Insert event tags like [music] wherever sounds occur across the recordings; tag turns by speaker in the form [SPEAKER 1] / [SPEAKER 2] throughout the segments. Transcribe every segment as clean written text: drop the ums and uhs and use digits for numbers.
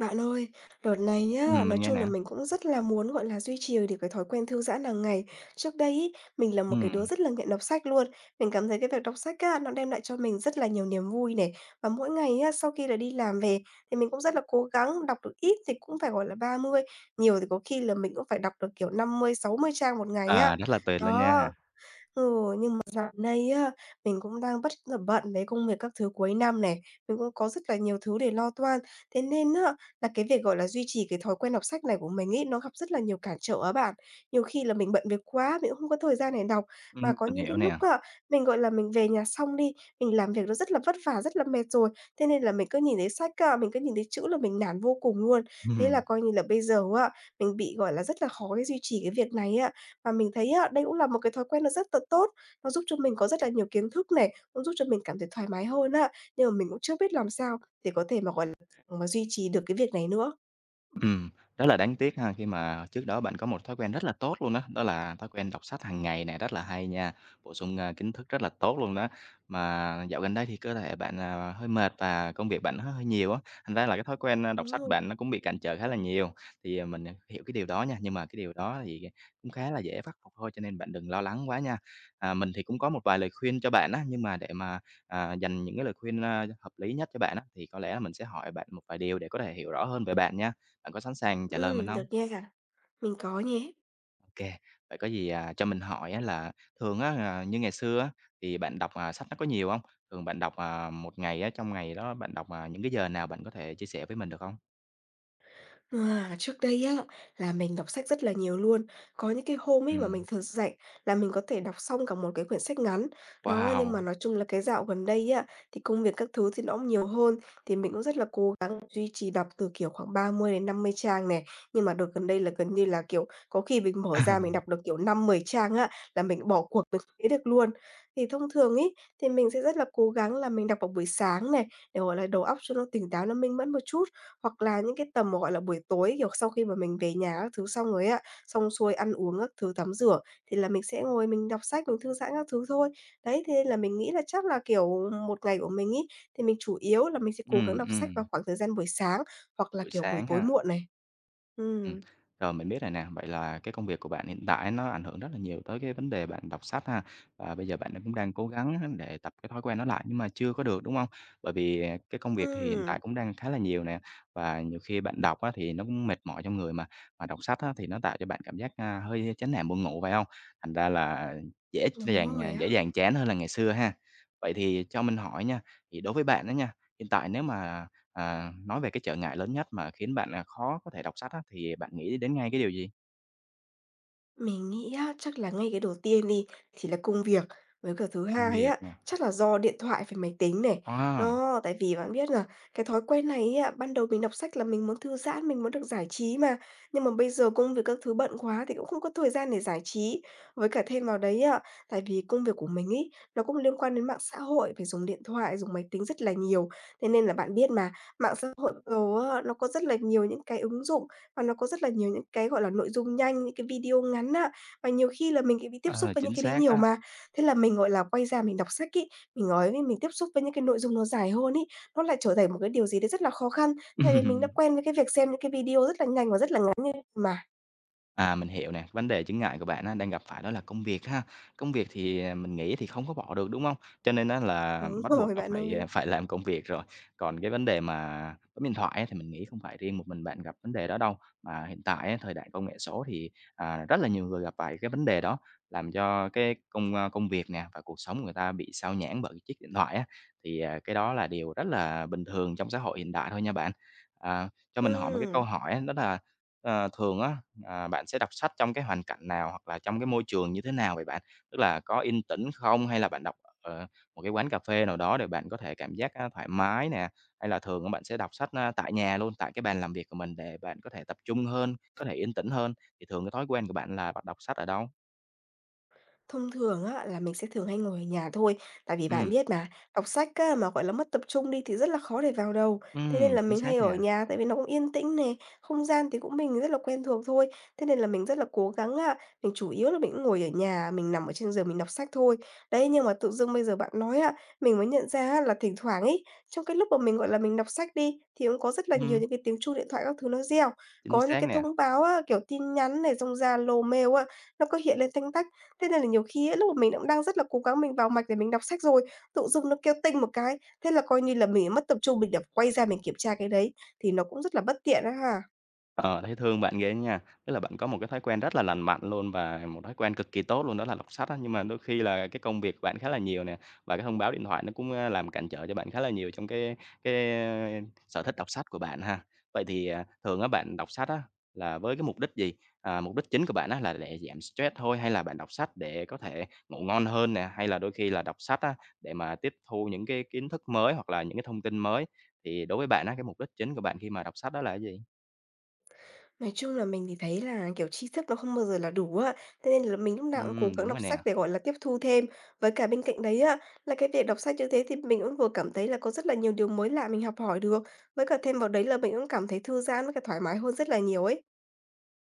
[SPEAKER 1] Bạn ơi, đợt này nhá, nói
[SPEAKER 2] Mình nghe
[SPEAKER 1] chung là
[SPEAKER 2] nè.
[SPEAKER 1] mình cũng rất là muốn, gọi là, duy trì được cái thói quen thư giãn hàng ngày. Trước đây ấy, mình là một cái đứa
[SPEAKER 2] Ừm,
[SPEAKER 1] rất là nghiện đọc sách luôn. Mình cảm thấy cái việc đọc sách á, nó đem lại cho mình rất là nhiều niềm vui này. Và mỗi ngày á, sau khi là đi làm về thì mình cũng rất là cố gắng, đọc được ít thì cũng phải, gọi là, 30, nhiều thì có khi là mình cũng phải đọc được, kiểu, 50, 60 trang một ngày á.
[SPEAKER 2] rất là tuyệt luôn nha.
[SPEAKER 1] Đó, dạo này á, mình cũng đang rất là bận với công việc các thứ cuối năm này, mình cũng có rất là nhiều thứ để lo toan. Thế nên á, là cái việc, gọi là, duy trì cái thói quen đọc sách này của mình ấy, nó gặp rất là nhiều cản trở á bạn. Nhiều khi là mình bận việc quá, mình cũng không có thời gian để đọc, mà có
[SPEAKER 2] Mình
[SPEAKER 1] những cái
[SPEAKER 2] hiểu
[SPEAKER 1] lúc
[SPEAKER 2] nè.
[SPEAKER 1] á, mình, gọi là, mình về nhà xong đi, mình làm việc nó rất là vất vả, rất là mệt rồi, thế nên là mình cứ nhìn thấy sách á, mình cứ nhìn thấy chữ là mình nản vô cùng luôn. Thế là
[SPEAKER 2] Ừm.
[SPEAKER 1] coi như là bây giờ á, mình bị, gọi là, rất là khó cái duy trì cái việc này á, và mình thấy á, đây cũng là một cái thói quen nó rất là tốt. Nó giúp cho mình có rất là nhiều kiến thức này, cũng giúp cho mình cảm thấy thoải mái hơn á, nhưng mà mình cũng chưa biết làm sao để có thể mà, gọi là, duy trì được cái việc này nữa.
[SPEAKER 2] Ừm, rất là đáng tiếc ha, khi mà trước đó bạn có một thói quen rất là tốt luôn đó đó là thói quen đọc sách hàng ngày này rất là hay nha, bổ sung, kiến thức rất là tốt luôn đó. Mà dạo gần đây thì cơ thể bạn, hơi mệt và công việc bạn nó hơi nhiều á, thành ra là cái thói quen, đọc
[SPEAKER 1] Đúng
[SPEAKER 2] sách
[SPEAKER 1] rồi.
[SPEAKER 2] bạn nó cũng bị cản trở khá là nhiều. Thì, mình, hiểu cái điều đó nha, nhưng mà cái điều đó thì cũng khá là dễ khắc phục thôi, cho nên bạn đừng lo lắng quá nha. À, mình thì cũng có một vài lời khuyên cho bạn á, nhưng mà để mà, dành những cái lời khuyên, hợp lý nhất cho bạn á, thì có lẽ là mình sẽ hỏi bạn một vài điều để có thể hiểu rõ hơn về bạn nha. Bạn có sẵn sàng trả lời mình
[SPEAKER 1] Được
[SPEAKER 2] không?
[SPEAKER 1] nha. Mình có nhé.
[SPEAKER 2] OK, vậy có gì, cho mình hỏi á là thường á, như ngày xưa á, thì bạn đọc, sách nó có nhiều không? Thường bạn đọc, một ngày á, trong ngày đó bạn đọc, những cái giờ nào bạn có thể chia sẻ với mình được không?
[SPEAKER 1] À, trước đây á, là mình đọc sách rất là nhiều luôn. Có những cái hôm ấy mà
[SPEAKER 2] Ừm,
[SPEAKER 1] mình thật rảnh là mình có thể đọc xong cả một cái quyển sách ngắn. Đó, nhưng mà
[SPEAKER 2] wow!
[SPEAKER 1] nói chung là cái dạo gần đây á, thì công việc các thứ thì nó cũng nhiều hơn. Thì mình cũng rất là cố gắng duy trì đọc từ kiểu khoảng 30 đến 50 trang này. Nhưng mà đợt gần đây là gần như là kiểu có khi mình mở ra mình
[SPEAKER 2] [laughs]
[SPEAKER 1] đọc được kiểu 5 10 trang á, là mình bỏ cuộc mình thấy được luôn. Thì thông thường ấy, thì mình sẽ rất là cố gắng là mình đọc vào buổi sáng này, để gọi là đầu óc cho nó tỉnh táo, nó minh mẫn một chút. Hoặc là những cái tầm mà, gọi là, buổi tối, kiểu, sau khi mà mình về nhà các thứ xong rồi á, xong xuôi ăn uống các thứ, tắm rửa thì là mình sẽ ngồi mình đọc sách, mình thư giãn các thứ thôi. Đấy, thế nên là mình nghĩ là chắc là, kiểu, một ngày của mình ấy, thì mình chủ yếu là mình sẽ cố gắng
[SPEAKER 2] Ừm,
[SPEAKER 1] đọc sách vào
[SPEAKER 2] ừm,
[SPEAKER 1] khoảng thời gian buổi sáng hoặc là,
[SPEAKER 2] buổi
[SPEAKER 1] kiểu, buổi
[SPEAKER 2] sáng
[SPEAKER 1] tối
[SPEAKER 2] ha.
[SPEAKER 1] muộn này.
[SPEAKER 2] Ừm,
[SPEAKER 1] Ừm.
[SPEAKER 2] rồi mình biết rồi nè. Vậy là cái công việc của bạn hiện tại nó ảnh hưởng rất là nhiều tới cái vấn đề bạn đọc sách ha. Và bây giờ bạn cũng đang cố gắng để tập cái thói quen nó lại nhưng mà chưa có được, đúng không? Bởi vì, cái công việc thì hiện tại
[SPEAKER 1] Ừm,
[SPEAKER 2] cũng đang khá là nhiều nè, và nhiều khi bạn đọc á thì nó cũng mệt mỏi trong người mà đọc sách á thì nó tạo cho bạn cảm giác, hơi chán nản buồn ngủ, phải không? Thành ra là dễ
[SPEAKER 1] đúng
[SPEAKER 2] dàng, à,
[SPEAKER 1] rồi
[SPEAKER 2] dễ
[SPEAKER 1] á.
[SPEAKER 2] dàng chán hơn là ngày xưa ha. Vậy thì cho mình hỏi nha, thì đối với bạn đó nha, hiện tại nói về cái trở ngại lớn nhất mà khiến bạn, là khó có thể đọc sách á, thì bạn nghĩ đến ngay cái điều gì?
[SPEAKER 1] Mình nghĩ á, chắc là ngay cái đầu tiên đi thì là công việc, với cả thứ
[SPEAKER 2] Công
[SPEAKER 1] hai
[SPEAKER 2] việc
[SPEAKER 1] á,
[SPEAKER 2] nè.
[SPEAKER 1] chắc là do điện thoại với máy tính này.
[SPEAKER 2] Wow!
[SPEAKER 1] Nó tại vì bạn biết là cái thói quen này ấy ạ, ban đầu mình đọc sách là mình muốn thư giãn, mình muốn được giải trí mà, nhưng mà bây giờ công việc các thứ bận quá thì cũng không có thời gian để giải trí. Với cả thêm vào đấy ạ, tại vì công việc của mình ý nó cũng liên quan đến mạng xã hội, phải dùng điện thoại, dùng máy tính rất là nhiều. Thế nên là bạn biết mà, mạng xã hội bây giờ á, nó có rất là nhiều những cái ứng dụng và nó có rất là nhiều những cái, gọi là, nội dung nhanh, những cái video ngắn á, và nhiều khi là mình cũng bị tiếp xúc
[SPEAKER 2] Ờ,
[SPEAKER 1] với những
[SPEAKER 2] chính
[SPEAKER 1] cái đấy
[SPEAKER 2] xác
[SPEAKER 1] nhiều
[SPEAKER 2] đó.
[SPEAKER 1] mà. Thế là mình, gọi là, quay ra mình đọc sách ấy, mình nói với mình tiếp xúc với những cái nội dung nó dài hơn ấy, nó lại trở thành một cái điều gì đấy rất là khó khăn, tại vì mình đã
[SPEAKER 2] [laughs]
[SPEAKER 1] quen với cái việc xem những cái video rất là nhanh và rất là ngắn như mà.
[SPEAKER 2] À, mình hiểu nè, vấn đề chướng ngại của bạn á, đang gặp phải đó là công việc ha. Công việc thì, mình nghĩ thì không có bỏ được, đúng không? Cho nên á là
[SPEAKER 1] Đúng
[SPEAKER 2] bắt
[SPEAKER 1] [laughs]
[SPEAKER 2] buộc
[SPEAKER 1] rồi
[SPEAKER 2] là
[SPEAKER 1] bạn
[SPEAKER 2] phải à,
[SPEAKER 1] ơi.
[SPEAKER 2] phải làm công việc rồi. Còn cái vấn đề mà bấm điện thoại á, thì mình nghĩ không phải riêng một mình bạn gặp vấn đề đó đâu, mà hiện tại á, thời đại công nghệ số thì, rất là nhiều người gặp phải cái vấn đề đó, làm cho cái công việc nè và cuộc sống người ta bị sao nhãng bởi cái chiếc điện thoại á. Thì, cái đó là điều rất là bình thường trong xã hội hiện đại thôi nha bạn. À, cho mình hỏi một cái câu
[SPEAKER 1] Ừm.
[SPEAKER 2] hỏi á, đó là, thường á bạn sẽ đọc sách trong cái hoàn cảnh nào hoặc là trong cái môi trường như thế nào vậy bạn? Tức là có yên tĩnh không hay là bạn đọc ở một cái quán cà phê nào đó để bạn có thể cảm giác, thoải mái nè? Hay là thường á bạn sẽ đọc sách, tại nhà luôn, tại cái bàn làm việc của mình để bạn có thể tập trung hơn, có thể yên tĩnh hơn? Thì thường cái thói quen của bạn là bạn đọc sách ở đâu?
[SPEAKER 1] Thông thường á, là mình sẽ thường hay ngồi ở nhà thôi, tại vì bạn
[SPEAKER 2] Ừ,
[SPEAKER 1] biết mà, đọc sách á, mà, gọi là, mất tập trung đi thì rất là khó để vào đầu.
[SPEAKER 2] ừ,
[SPEAKER 1] Thế nên là
[SPEAKER 2] chính
[SPEAKER 1] mình hay
[SPEAKER 2] xác
[SPEAKER 1] ở
[SPEAKER 2] nè,
[SPEAKER 1] nhà tại vì nó cũng yên tĩnh nè, không gian thì cũng mình rất là quen thuộc thôi. Thế nên là mình rất là cố gắng á, mình chủ yếu là mình cũng ngồi ở nhà, mình nằm ở trên giường mình đọc sách thôi. Đấy, nhưng mà tự dưng bây giờ bạn nói á, mình mới nhận ra á, là thỉnh thoảng ấy, trong cái lúc mà mình, gọi là, mình đọc sách đi, thì cũng có rất là nhiều
[SPEAKER 2] ừ,
[SPEAKER 1] những cái tiếng chuông điện thoại các thứ nó reo.
[SPEAKER 2] chính
[SPEAKER 1] Có những
[SPEAKER 2] xác
[SPEAKER 1] cái
[SPEAKER 2] nè.
[SPEAKER 1] thông báo á, kiểu tin nhắn này, xong Zalo, mail á, nó cứ hiện lên tanh tách. Thế nên là nhiều khi á, lúc mà mình cũng đang rất là cố gắng mình vào mạch để mình đọc sách rồi, tự dưng nó kêu "tinh" một cái, thế là coi như là mình mất tập trung, mình lại quay ra mình kiểm tra cái đấy, thì nó cũng rất là bất tiện á ha.
[SPEAKER 2] Ờ, thấy thương bạn ghê á nha. Tức là bạn có một cái thói quen rất là lành mạnh luôn và một thói quen cực kỳ tốt luôn đó là đọc sách á, nhưng mà đôi khi là cái công việc của bạn khá là nhiều nè, và cái thông báo điện thoại nó cũng, làm cản trở cho bạn khá là nhiều trong cái sở thích đọc sách của bạn ha. Vậy thì, thường á bạn đọc sách á là với cái mục đích gì? À, mục đích chính của bạn á là để giảm stress thôi, hay là bạn đọc sách để có thể ngủ ngon hơn nè, hay là đôi khi là đọc sách á để mà tiếp thu những cái kiến thức mới hoặc là những cái thông tin mới? Thì đối với bạn á, cái mục đích chính của bạn khi mà đọc sách đó là cái gì?
[SPEAKER 1] Nói chung là mình thì thấy là, kiểu, tri thức nó không bao giờ là đủ á, thế nên là mình lúc nào cũng cố gắng
[SPEAKER 2] Đúng
[SPEAKER 1] đọc
[SPEAKER 2] rồi
[SPEAKER 1] sách
[SPEAKER 2] nè.
[SPEAKER 1] để, gọi là, tiếp thu thêm. Với cả bên cạnh đấy á, là cái việc đọc sách như thế thì mình cũng vừa cảm thấy là có rất là nhiều điều mới lạ mình học hỏi được, với cả thêm vào đấy là mình cũng cảm thấy thư giãn với cả thoải mái hơn rất là nhiều ấy.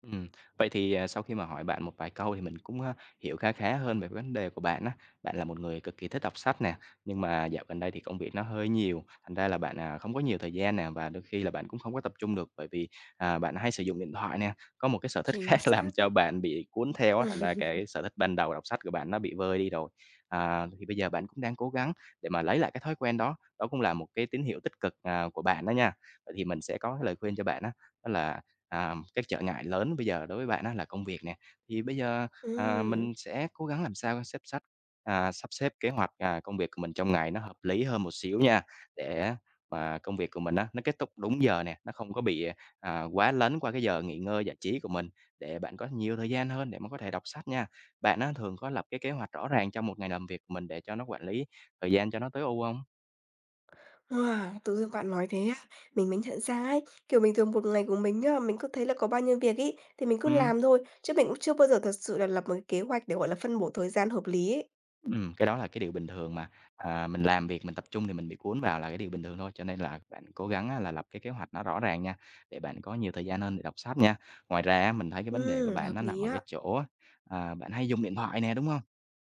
[SPEAKER 2] Ừm, vậy thì, sau khi mà hỏi bạn một vài câu thì mình cũng, hiểu khá khá hơn về vấn đề của bạn á. Bạn là một người cực kỳ thích đọc sách nè, nhưng mà dạo gần đây thì công việc nó hơi nhiều, thành ra là bạn, không có nhiều thời gian nè, và đôi khi là bạn cũng không có tập trung được bởi vì, bạn hay sử dụng điện thoại nè. Có một cái sở thích [laughs]
[SPEAKER 1] Chính
[SPEAKER 2] khác làm
[SPEAKER 1] xác á.
[SPEAKER 2] cho bạn bị cuốn theo á, thành ra cái
[SPEAKER 1] [laughs]
[SPEAKER 2] sở thích ban đầu đọc sách của bạn nó bị vơi đi rồi. À, thì bây giờ bạn cũng đang cố gắng để mà lấy lại cái thói quen đó, đó cũng là một cái tín hiệu tích cực, của bạn đó nha. Vậy thì mình sẽ có cái lời khuyên cho bạn á, đó là cái trở ngại lớn bây giờ đối với bạn á là công việc nè. Thì bây giờ,
[SPEAKER 1] Ừm.
[SPEAKER 2] mình sẽ cố gắng làm sao sắp xếp kế hoạch, công việc của mình trong ngày nó hợp lý hơn một xíu nha, để mà công việc của mình á, nó kết thúc đúng giờ nè, nó không có bị, quá lấn qua cái giờ nghỉ ngơi giải trí của mình, để bạn có nhiều thời gian hơn để mà có thể đọc sách nha. Bạn á thường có lập cái kế hoạch rõ ràng trong một ngày làm việc của mình để cho nó quản lý thời gian cho nó tối ưu không?
[SPEAKER 1] Wow, tự dưng bạn nói thế á, mình mới nhận ra ấy, kiểu, bình thường một ngày của mình nhá, mình cứ thấy là có bao nhiêu việc ý, thì mình cứ
[SPEAKER 2] Ừm.
[SPEAKER 1] làm thôi, chứ mình cũng chưa bao giờ thật sự là lập một cái kế hoạch để, gọi là, phân bổ thời gian hợp lý ấy.
[SPEAKER 2] Cái đó là cái điều bình thường mà, mình làm việc mình tập trung thì mình bị cuốn vào là cái điều bình thường thôi, cho nên là bạn cố gắng á là lập cái kế hoạch nó rõ ràng nha, để bạn có nhiều thời gian hơn để đọc sách nha. Ngoài ra á, mình thấy cái vấn đề của
[SPEAKER 1] Hợp
[SPEAKER 2] bạn nó nằm
[SPEAKER 1] lý
[SPEAKER 2] ở
[SPEAKER 1] á,
[SPEAKER 2] cái chỗ á, bạn hay dùng điện thoại nè, đúng không?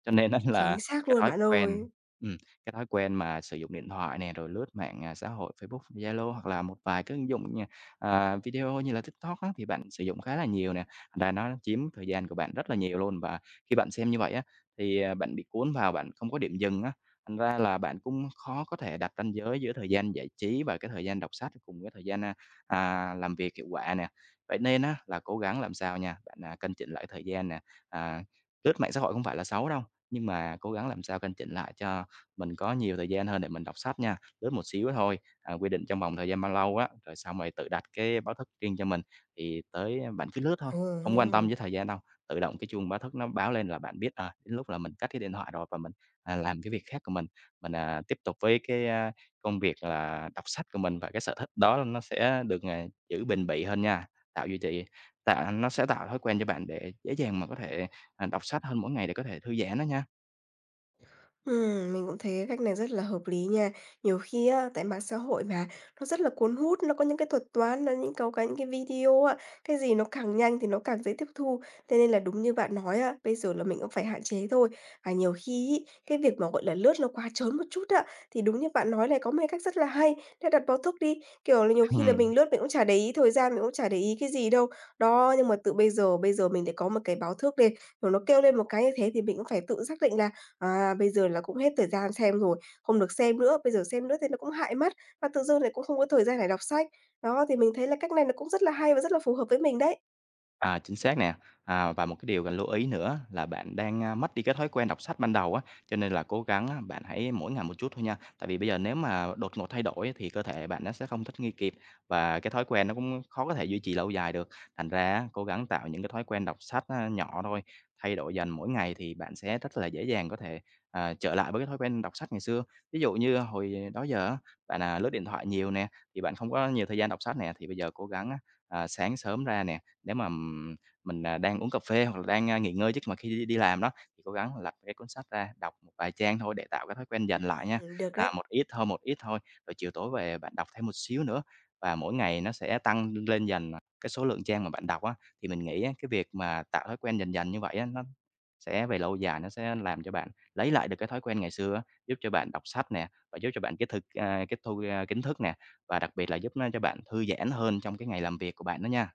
[SPEAKER 2] Cho nên á
[SPEAKER 1] chính
[SPEAKER 2] là
[SPEAKER 1] xác
[SPEAKER 2] cái
[SPEAKER 1] luôn
[SPEAKER 2] thói
[SPEAKER 1] bạn ơi.
[SPEAKER 2] quen ừm, cái thói quen mà sử dụng điện thoại nè, rồi lướt mạng, xã hội Facebook, Zalo hoặc là một vài cái ứng dụng nha, video như là TikTok á, thì bạn sử dụng khá là nhiều nè, thành ra nó chiếm thời gian của bạn rất là nhiều luôn. Và khi bạn xem như vậy á thì, bạn bị cuốn vào, bạn không có điểm dừng á, thành ra là bạn cũng khó có thể đặt ranh giới giữa thời gian giải trí và cái thời gian đọc sách cùng với thời gian, làm việc hiệu quả nè. Vậy nên á là cố gắng làm sao nha, bạn, cân chỉnh lại thời gian nè, à, lướt mạng xã hội không phải là xấu đâu, nhưng mà cố gắng làm sao cân chỉnh lại cho mình có nhiều thời gian hơn để mình đọc sách nha, lướt một xíu thôi, quy định trong vòng thời gian bao lâu á, rồi xong rồi tự đặt cái báo thức riêng cho mình, thì tới bạn cứ lướt thôi, không quan
[SPEAKER 1] Ừ.
[SPEAKER 2] tâm với thời gian đâu. Tự động cái chuông báo thức nó báo lên là bạn biết, đến lúc là mình cắt cái điện thoại rồi và mình, làm cái việc khác của mình. Mình, tiếp tục với cái, công việc là đọc sách của mình và cái sở thích đó nó sẽ được, giữ bền bỉ hơn nha, tạo duy trì tạo nó sẽ tạo thói quen cho bạn để dễ dàng mà có thể, đọc sách hơn mỗi ngày để có thể thư giãn đó nha.
[SPEAKER 1] Mình cũng thấy cái cách này rất là hợp lý nha. Nhiều khi á, tại mạng xã hội mà, nó rất là cuốn hút, nó có những cái thuật toán, nó những câu cái những cái video á, cái gì nó càng nhanh thì nó càng dễ tiếp thu. Thế nên là đúng như bạn nói á, bây giờ là mình cũng phải hạn chế thôi. Và nhiều khi ấy, cái việc mà, gọi là, lướt nó quá trớn một chút á, thì đúng như bạn nói này, có một cái cách rất là hay, là đặt báo thức đi. Kiểu là, nhiều khi là mình
[SPEAKER 2] [laughs]
[SPEAKER 1] lướt mình cũng chả để ý thời gian, mình cũng chả để ý cái gì đâu. Đó, nhưng mà từ bây giờ mình để có một cái báo thức đi, rồi nó kêu lên một cái như thế thì mình cũng phải tự xác định là à, bây giờ là cũng hết thời gian xem rồi, không được xem nữa, bây giờ xem nữa thì nó cũng hại mắt, và tự dưng lại cũng không có thời gian để đọc sách. Đó, thì mình thấy là cách này nó cũng rất là hay và rất là phù hợp với mình đấy.
[SPEAKER 2] À, chính xác nè. À, và một cái điều cần lưu ý nữa là bạn đang, mất đi cái thói quen đọc sách ban đầu á, cho nên là cố gắng á, bạn hãy mỗi ngày một chút thôi nha. Tại vì bây giờ nếu mà đột ngột thay đổi á, thì cơ thể bạn nó sẽ không thích nghi kịp và cái thói quen nó cũng khó có thể duy trì lâu dài được. Thành ra á, cố gắng tạo những cái thói quen đọc sách á, nhỏ thôi, thay đổi dần mỗi ngày thì bạn sẽ rất là dễ dàng có thể, trở lại với cái thói quen đọc sách ngày xưa. Ví dụ như hồi đó giờ á, bạn, lướt điện thoại nhiều nè, thì bạn không có nhiều thời gian đọc sách nè, thì bây giờ cố gắng á, sáng sớm ra nè, nếu mà, mình, đang uống cà phê hoặc là đang, nghỉ ngơi trước mà khi đi đi làm đó, thì cố gắng lật cái cuốn sách ra, đọc một vài trang thôi để tạo cái thói quen dần lại nha.
[SPEAKER 1] Được
[SPEAKER 2] À,
[SPEAKER 1] đấy.
[SPEAKER 2] một ít thôi, rồi chiều tối về bạn đọc thêm một xíu nữa và mỗi ngày nó sẽ tăng lên dần, cái số lượng trang mà bạn đọc á. Thì mình nghĩ á, cái việc mà tạo thói quen dần dần như vậy á, nó sẽ về lâu dài nó sẽ làm cho bạn lấy lại được cái thói quen ngày xưa á, giúp cho bạn đọc sách nè, và giúp cho bạn tiếp thu, kiến thức nè, và đặc biệt là giúp nó cho bạn thư giãn hơn trong cái ngày làm việc của bạn đó nha.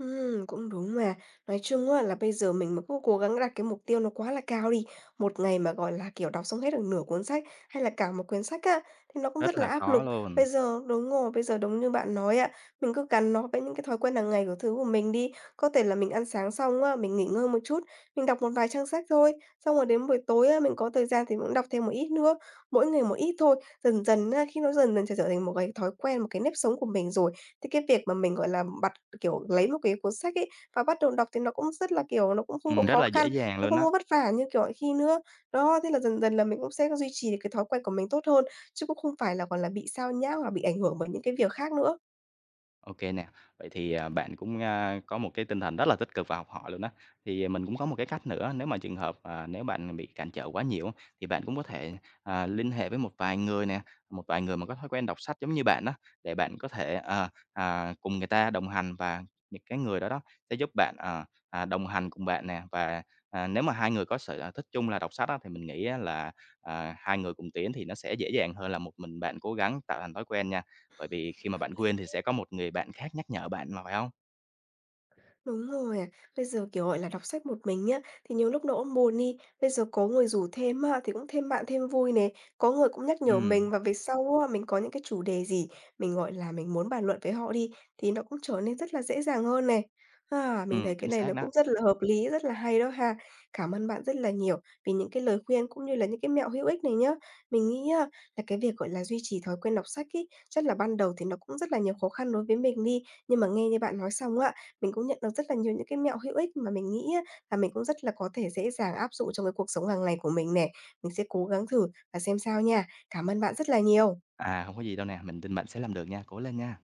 [SPEAKER 1] Cũng đúng mà. Nói chung á là bây giờ mình mà cứ cố gắng đặt cái mục tiêu nó quá là cao đi, một ngày mà, gọi là, kiểu, đọc xong hết được nửa cuốn sách hay là cả một quyển sách á, thì nó cũng
[SPEAKER 2] Rất
[SPEAKER 1] rất là
[SPEAKER 2] là
[SPEAKER 1] áp lực.
[SPEAKER 2] khó luôn.
[SPEAKER 1] Bây giờ đúng rồi, bây giờ đúng như bạn nói á, mình cứ gắn nó với những cái thói quen hàng ngày của mình đi. Có thể là mình ăn sáng xong á, mình nghỉ ngơi một chút, mình đọc một vài trang sách thôi, xong rồi đến buổi tối á, mình có thời gian thì mình cũng đọc thêm một ít nữa, mỗi ngày một ít thôi. Dần dần á, khi nó dần dần trở trở thành một cái thói quen, một cái nếp sống của mình rồi. Thế cái việc mà mình, gọi là, bật, kiểu, lấy một cái cuốn sách ấy và bắt đầu đọc thì nó cũng rất là, kiểu, nó cũng không có
[SPEAKER 2] Ừm, rất
[SPEAKER 1] khó
[SPEAKER 2] là dễ
[SPEAKER 1] khăn,
[SPEAKER 2] dàng
[SPEAKER 1] nó
[SPEAKER 2] luôn.
[SPEAKER 1] không có vất vả như, kiểu, mọi khi nữa. Đó, thế là dần dần là mình cũng sẽ duy trì được cái thói quen của mình tốt hơn, chứ cũng không phải là, gọi là, bị xao nhãng hoặc là bị ảnh hưởng bởi những cái việc khác nữa.
[SPEAKER 2] OK nè, vậy thì, bạn cũng, có một cái tinh thần rất là tích cực và học hỏi luôn đó. Thì mình cũng có một cái cách nữa, nếu mà trường hợp, nếu bạn bị cản trở quá nhiều thì bạn cũng có thể, liên hệ với một vài người nè, một vài người mà có thói quen đọc sách giống như bạn đó, để bạn có thể, cùng người ta đồng hành và những cái người đó đó sẽ giúp bạn đồng hành cùng bạn nè. Và, nếu mà hai người có thích chung là đọc sách á, thì mình nghĩ á là, hai người cùng tiến thì nó sẽ dễ dàng hơn là một mình bạn cố gắng tạo thành thói quen nha. Bởi vì khi mà
[SPEAKER 1] Hợp
[SPEAKER 2] bạn
[SPEAKER 1] lý.
[SPEAKER 2] quên thì sẽ có một người bạn khác nhắc nhở bạn mà, phải không?
[SPEAKER 1] Đúng rồi à. Bây giờ, kiểu, gọi là, đọc sách một mình nhá, thì nhiều lúc nó cũng buồn đi, bây giờ có người rủ thêm á, thì cũng thêm bạn thêm vui này, có người cũng nhắc nhở mình
[SPEAKER 2] Ừm,
[SPEAKER 1] và về sau á, mình có những cái chủ đề gì mình, gọi là, mình muốn bàn luận với họ đi, thì nó cũng trở nên rất là dễ dàng hơn này. À, mình thấy cái
[SPEAKER 2] chính
[SPEAKER 1] này nó
[SPEAKER 2] xác đó.
[SPEAKER 1] cũng rất là hợp lý, rất là hay đó ha. Cảm ơn bạn rất là nhiều vì những cái lời khuyên cũng như là những cái mẹo hữu ích này nhá. Mình nghĩ á, là cái việc, gọi là, duy trì thói quen đọc sách ý, chắc là ban đầu thì nó cũng rất là nhiều khó khăn đối với mình đi, nhưng mà nghe như bạn nói xong á, mình cũng nhận được rất là nhiều những cái mẹo hữu ích mà mình nghĩ á là mình cũng rất là có thể dễ dàng áp dụng trong cái cuộc sống hàng ngày của mình nè. Mình sẽ cố gắng thử và xem sao nha. Cảm ơn bạn rất là nhiều.
[SPEAKER 2] À, không có gì đâu nè, mình tin bạn sẽ làm được nha, cố lên nha.